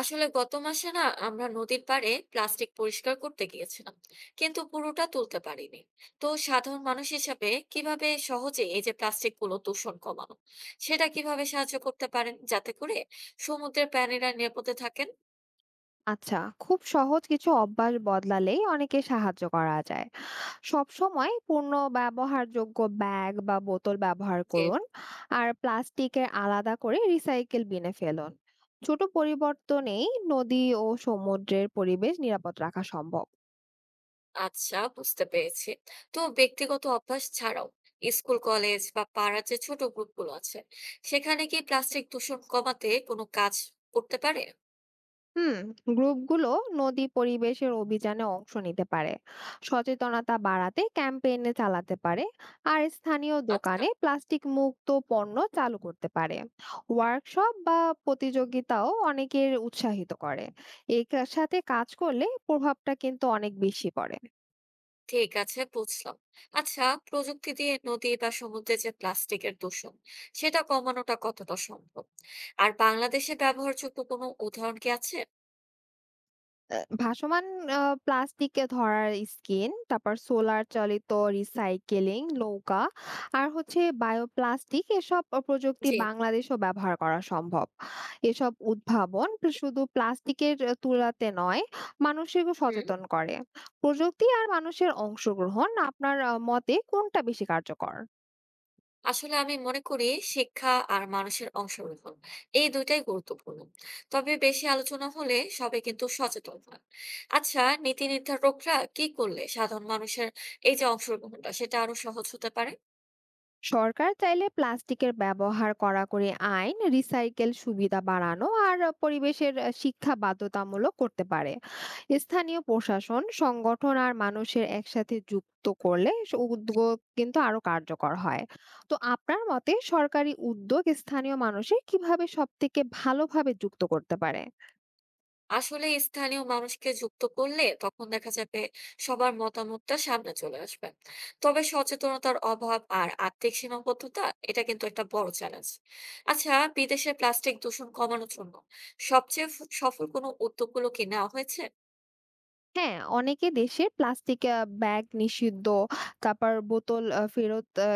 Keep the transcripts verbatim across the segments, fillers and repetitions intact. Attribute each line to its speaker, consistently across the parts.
Speaker 1: আসলে গত মাসে না, আমরা নদীর পাড়ে প্লাস্টিক পরিষ্কার করতে গিয়েছিলাম, কিন্তু পুরোটা তুলতে পারিনি। তো সাধারণ মানুষ হিসেবে কিভাবে সহজে এই যে প্লাস্টিক গুলো দূষণ কমানো, সেটা কিভাবে সাহায্য করতে পারেন যাতে করে সমুদ্রের প্রাণীরা নিরাপদে থাকেন?
Speaker 2: আচ্ছা, খুব সহজ কিছু অভ্যাস বদলালেই অনেকে সাহায্য করা যায়। সব সময় পূর্ণ ব্যবহারযোগ্য ব্যাগ বা বোতল ব্যবহার
Speaker 1: যে,
Speaker 2: করুন। আর প্লাস্টিকের আলাদা করে রিসাইকেল বিনে ফেলুন। ছোট পরিবর্তনেই নদী ও সমুদ্রের পরিবেশ নিরাপদ রাখা সম্ভব।
Speaker 1: আচ্ছা বুঝতে পেরেছি। তো ব্যক্তিগত অভ্যাস ছাড়াও স্কুল কলেজ বা পাড়ার যে ছোট গ্রুপ গুলো আছে, সেখানে কি প্লাস্টিক দূষণ কমাতে কোনো কাজ করতে পারে?
Speaker 2: হুম, গ্রুপগুলো নদী পরিবেশের অভিযানে অংশ নিতে পারে, সচেতনতা বাড়াতে ক্যাম্পেইনে চালাতে পারে, আর স্থানীয়
Speaker 1: আচ্ছা,
Speaker 2: দোকানে প্লাস্টিক মুক্ত পণ্য চালু করতে পারে। ওয়ার্কশপ বা প্রতিযোগিতাও অনেকের উৎসাহিত করে। এর সাথে কাজ করলে প্রভাবটা কিন্তু অনেক বেশি পড়ে।
Speaker 1: ঠিক আছে বুঝলাম। আচ্ছা, প্রযুক্তি দিয়ে নদী বা সমুদ্রে যে প্লাস্টিকের দূষণ, সেটা কমানোটা কতটা সম্ভব, আর বাংলাদেশে ব্যবহারযোগ্য কোনো উদাহরণ কি আছে?
Speaker 2: অ্যা ভাসমান আ প্লাস্টিকে ধরার স্কিন, তারপর সোলার চালিত রিসাইকেলিং নৌকা, আর হচ্ছে বায়োপ্লাস্টিক, এসব অ প্রযুক্তি
Speaker 1: যে,
Speaker 2: বাংলাদেশেও ব্যবহার করা সম্ভব। এসব উদ্ভাবন প্লা শুধু প্লাস্টিকের অ তুলাতে নয়, মানুষকেও
Speaker 1: হুম।
Speaker 2: সচেতন করে। প্রযুক্তি আর মানুষের অংশগ্রহণ আপনার আ মতে কোনটা বেশি কার্যকর?
Speaker 1: আসলে আমি মনে করি শিক্ষা আর মানুষের অংশগ্রহণ এই দুইটাই গুরুত্বপূর্ণ, তবে বেশি আলোচনা হলে সবাই কিন্তু সচেতন হয়। আচ্ছা, নীতি নির্ধারকরা কি করলে সাধারণ মানুষের এই যে অংশগ্রহণটা সেটা আরো সহজ হতে পারে?
Speaker 2: সরকার চাইলে প্লাস্টিকের ব্যবহার কড়াকড়ি আইন, রিসাইকেল সুবিধা বাড়ানো, আর পরিবেশের আহ, শিক্ষা বাধ্যতামূলক করতে পারে। স্থানীয় প্রশাসন, সংগঠন আর মানুষের একসাথে যুক্ত করলে স- উদ্যোগ কিন্তু আরো কার্যকর হয়। তো আপনার মতে সরকারি উদ্যোগ স্থানীয় মানুষের কিভাবে সব থেকে ভালোভাবে যুক্ত করতে পারে?
Speaker 1: আসলে স্থানীয় মানুষকে যুক্ত করলে তখন দেখা যাবে সবার মতামতটা সামনে চলে আসবে, তবে সচেতনতার অভাব আর আর্থিক সীমাবদ্ধতা এটা কিন্তু একটা বড় চ্যালেঞ্জ। আচ্ছা, বিদেশে প্লাস্টিক দূষণ কমানোর জন্য সবচেয়ে ফ- সফল কোনো উদ্যোগগুলো কি নেওয়া হয়েছে?
Speaker 2: হ্যাঁ, অনেকে দেশে প্লাস্টিক আ ব্যাগ নিষিদ্ধ, তারপর বোতল আ ফেরত আ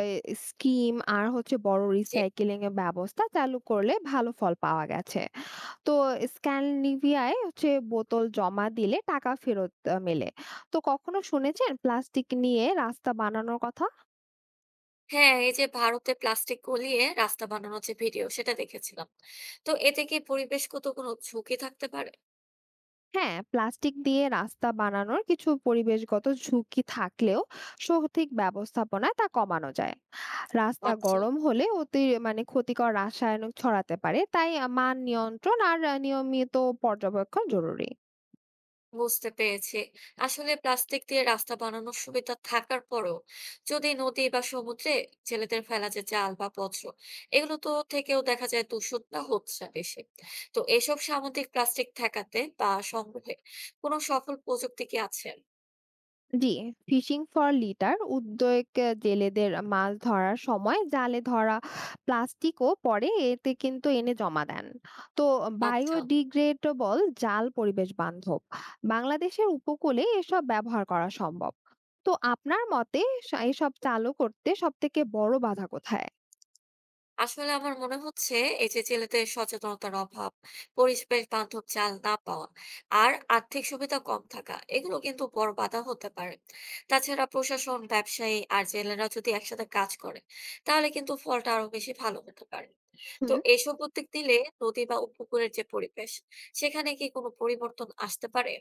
Speaker 2: স্কিম, আর হচ্ছে বড়
Speaker 1: যে,
Speaker 2: রিসাইকেলিং এর ব্যবস্থা চালু করলে ভালো ফল পাওয়া গেছে। তো স্ক্যান্ডিনেভিয়ায় হচ্ছে বোতল জমা দিলে টাকা ফেরত আ মেলে। তো কখনো শুনেছেন প্লাস্টিক নিয়ে রাস্তা বানানোর কথা?
Speaker 1: হ্যাঁ এই যে ভারতে প্লাস্টিক গলিয়ে রাস্তা বানানোর যে ভিডিও সেটা দেখেছিলাম। তো এতে কি পরিবেশগত কোনো ঝুঁকি থাকতে পারে?
Speaker 2: হ্যাঁ, প্লাস্টিক দিয়ে রাস্তা বানানোর কিছু পরিবেশগত ঝুঁকি থাকলেও সঠিক ব্যবস্থাপনায় তা কমানো যায়। রাস্তা
Speaker 1: আচ্ছা,
Speaker 2: গরম হলে অতি মানে ক্ষতিকর রাসায়নিক ছড়াতে পারে, তাই মান নিয়ন্ত্রণ আর নিয়মিত পর্যবেক্ষণ জরুরি।
Speaker 1: বুঝতে পেরেছি। আসলে প্লাস্টিক দিয়ে রাস্তা বানানোর সুবিধা থাকার পরেও যদি নদী বা সমুদ্রে জেলেদের ফেলা যে জাল বা বর্জ্য, এগুলো তো থেকেও দেখা যায় দূষণটা হচ্ছে বেশি। তো এসব সামুদ্রিক প্লাস্টিক ঠেকাতে বা সংগ্রহে কোনো সফল প্রযুক্তি কি আছে?
Speaker 2: জি, ফিশিং ফর লিটার উদ্যোগ, আহ, জেলেদের মাছ ধরার সময় জালে ধরা প্লাস্টিকও পরে এতে কিন্তু এনে জমা দেন। তো
Speaker 1: আচ্ছা।
Speaker 2: বায়োডিগ্রেডেবল জাল পরিবেশ বান্ধব। বাংলাদেশের উপকূলে এসব ব্যবহার করা সম্ভব। তো আপনার মতে সা- এসব চালু করতে সব থেকে বড় বাধা কোথায়?
Speaker 1: আসলে আমার মনে হচ্ছে এই যে জেলেদের সচেতনতার অভাব, পরিবেশ বান্ধব চাল না পাওয়া আর আর্থিক সুবিধা কম থাকা এগুলো কিন্তু বড় বাধা হতে পারে। তাছাড়া প্রশাসন, ব্যবসায়ী আর জেলেরা যদি একসাথে কাজ করে তাহলে কিন্তু ফলটা আরো বেশি ভালো হতে পারে। তো এইসব উদ্যোগ নিলে নদী বা উপকূলের যে পরিবেশ, সেখানে কি কোনো পরিবর্তন আসতে পারে?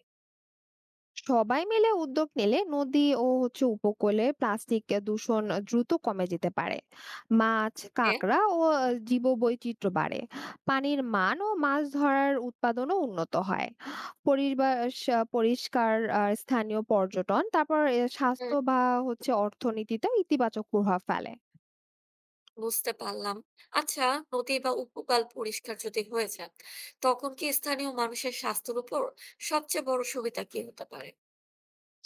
Speaker 2: সবাই মিলে উদ্যোগ নিলে নদী ও হচ্ছে উপকূলে প্লাস্টিক দূষণ দ্রুত কমে যেতে পারে। মাছ, কাঁকড়া ও জীববৈচিত্র্য বাড়ে। পানির মান ও মাছ ধরার উৎপাদনও উন্নত হয়। পরিবেশ আহ, পরিষ্কার আর স্থানীয় পর্যটন, তারপর আহ,
Speaker 1: হ্যাঁ,
Speaker 2: স্বাস্থ্য বা হচ্ছে অর্থনীতিতে ইতিবাচক প্রভাব ফেলে।
Speaker 1: বুঝতে পারলাম। আচ্ছা, নদী বা উপকূল পরিষ্কার যদি হয়ে যায়, তখন কি স্থানীয় মানুষের স্বাস্থ্যের উপর সবচেয়ে বড় সুবিধা কি হতে পারে?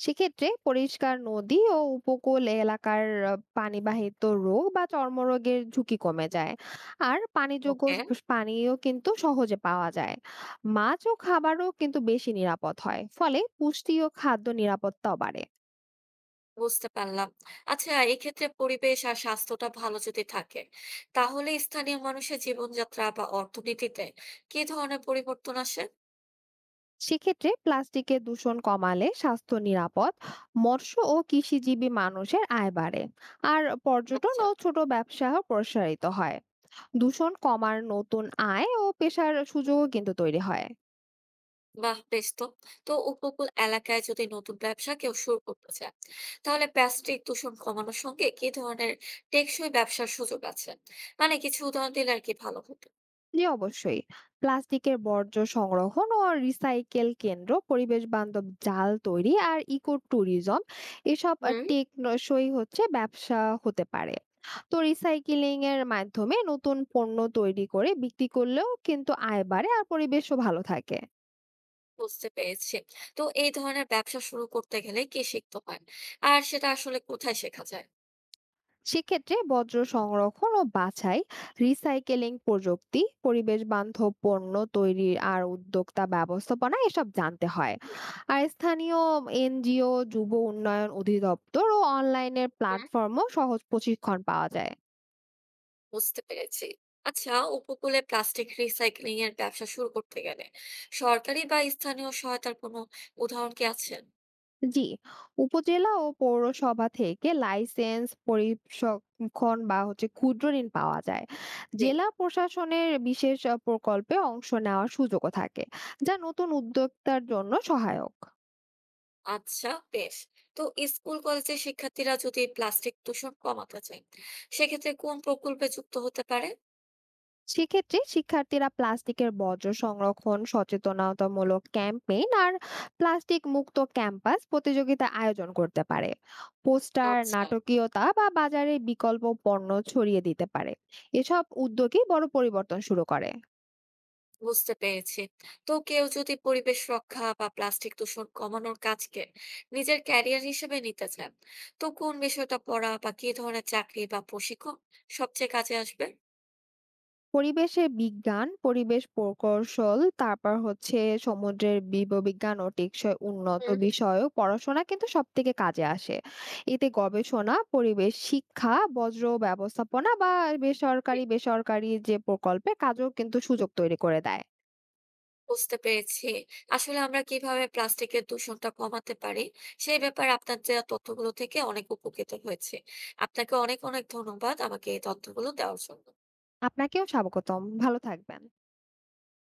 Speaker 2: সেক্ষেত্রে পরিষ্কার নদী ও উপকূল এলাকার আহ, পানিবাহিত রোগ বা চর্মরোগের ঝুঁকি কমে যায়। আর পানিযোগ্য
Speaker 1: ওকে,
Speaker 2: স- পানীয় কিন্তু সহজে পাওয়া যায়। মাছ ও খাবারও কিন্তু বেশি নিরাপদ হয়, ফলে পুষ্টি ও খাদ্য নিরাপত্তাও বাড়ে।
Speaker 1: বুঝতে পারলাম। আচ্ছা, এক্ষেত্রে পরিবেশ আর স্বাস্থ্যটা ভালো যদি থাকে, তাহলে স্থানীয় মানুষের জীবনযাত্রা বা অর্থনীতিতে কি ধরনের পরিবর্তন আসে?
Speaker 2: সেক্ষেত্রে প্লাস্টিকের দূষণ কমালে স্বাস্থ্য নিরাপদ, মৎস্য ও কৃষিজীবী মানুষের আয় বাড়ে, আর পর্যটন
Speaker 1: আচ্ছা।
Speaker 2: ও ছোট ব্যবসাও প্রসারিত হয়। দূষণ কমার নতুন আয় ও পেশার সুযোগও কিন্তু তৈরি হয়।
Speaker 1: বাহ! বেশ তো। তো উপকূল এলাকায় যদি নতুন ব্যবসা কেউ শুরু করতে চায়, তাহলে প্লাস্টিক দূষণ কমানোর সঙ্গে কি ধরনের টেকসই ব্যবসার সুযোগ আছে? মানে কিছু উদাহরণ দিলে আর কি ভালো হতো।
Speaker 2: জি, অবশ্যই। প্লাস্টিকের বর্জ্য সংগ্রহণ ও রিসাইকেল কেন্দ্র, পরিবেশ বান্ধব জাল তৈরি, আর ইকো ট্যুরিজম, এসব আহ,
Speaker 1: হুম,
Speaker 2: টেকসই হচ্ছে ব্যবসা হতে পারে। তো রিসাইকেলিং এর মাধ্যমে নতুন পণ্য তৈরি করে বিক্রি করলেও কিন্তু আয় বাড়ে আর পরিবেশও ভালো থাকে।
Speaker 1: বুঝতে পেরেছি। তো এই ধরনের ব্যবসা শুরু করতে গেলে কি শিখতে হয়? আর সেটা আসলে কোথায় শেখা যায়?
Speaker 2: সেক্ষেত্রে বর্জ্য সংরক্ষণ ও বাছাই, রিসাইকেলিং প্রযুক্তি, পরিবেশ বান্ধব পণ্য তৈরির, আর উদ্যোক্তা ব্যবস্থাপনা, এসব জানতে হয়। আর স্থানীয় এনজিও, যুব উন্নয়ন অধিদপ্তর ও অনলাইনের
Speaker 1: হুম,
Speaker 2: প্ল্যাটফর্মও সহজ প্রশিক্ষণ পাওয়া যায়।
Speaker 1: বুঝতে পেরেছি। আচ্ছা, উপকূলে প্লাস্টিক রিসাইক্লিং এর ব্যবসা শুরু করতে গেলে সরকারি বা স্থানীয় সহায়তার কোনো উদাহরণ কি আছে?
Speaker 2: জি, উপজেলা ও পৌরসভা থেকে লাইসেন্স, পরিসক্ষণ বা হচ্ছে ক্ষুদ্র ঋণ পাওয়া যায়।
Speaker 1: জি।
Speaker 2: জেলা প্রশাসনের বিশেষ আহ, প্রকল্পে অংশ নেওয়ার সুযোগও থাকে, যা নতুন উদ্যোক্তার জন্য সহায়ক।
Speaker 1: আচ্ছা, বেশ। তো স্কুল কলেজের শিক্ষার্থীরা যদি প্লাস্টিক দূষণ কমাতে চায় সেক্ষেত্রে কোন প্রকল্পে যুক্ত হতে পারে?
Speaker 2: সেক্ষেত্রে শিক্ষার্থীরা প্লাস্টিকের বর্জ্য সংরক্ষণ, সচেতনতামূলক ক্যাম্পেইন, আর প্লাস্টিক মুক্ত ক্যাম্পাস প্রতিযোগিতা আয়োজন করতে পারে। পোস্টার,
Speaker 1: আচ্ছা,
Speaker 2: নাটকীয়তা বা বাজারে বিকল্প পণ্য ছড়িয়ে দিতে পারে। এসব উদ্যোগই বড় পরিবর্তন শুরু করে।
Speaker 1: বুঝতে পেরেছি। তো কেউ যদি পরিবেশ রক্ষা বা প্লাস্টিক দূষণ কমানোর কাজকে নিজের ক্যারিয়ার হিসেবে নিতে চান, তো কোন বিষয়টা পড়া বা কি ধরনের চাকরি বা প্রশিক্ষণ সবচেয়ে কাজে আসবে?
Speaker 2: পরিবেশে বিজ্ঞান, পরিবেশ প্রকৌশল, তারপর হচ্ছে সমুদ্রের জীববিজ্ঞান ও টেকসই উন্নত
Speaker 1: হুম,
Speaker 2: বিষয়ক পড়াশোনা কিন্তু সবথেকে কাজে আসে। এতে গবেষণা, পরিবেশ শিক্ষা, বজ্র ব্যবস্থাপনা বা বেসরকারি, বেসরকারি যে প্রকল্পে কাজেও কিন্তু সুযোগ তৈরি করে দেয়।
Speaker 1: বুঝতে পেরেছি। আসলে আমরা কিভাবে প্লাস্টিকের দূষণটা কমাতে পারি, সেই ব্যাপারে আপনার দেয়া তথ্যগুলো থেকে অনেক উপকৃত হয়েছি। আপনাকে অনেক, অনেক ধন্যবাদ আমাকে এই তথ্যগুলো দেওয়ার জন্য।
Speaker 2: আপনাকেও স্বাগতম। ভালো থাকবেন।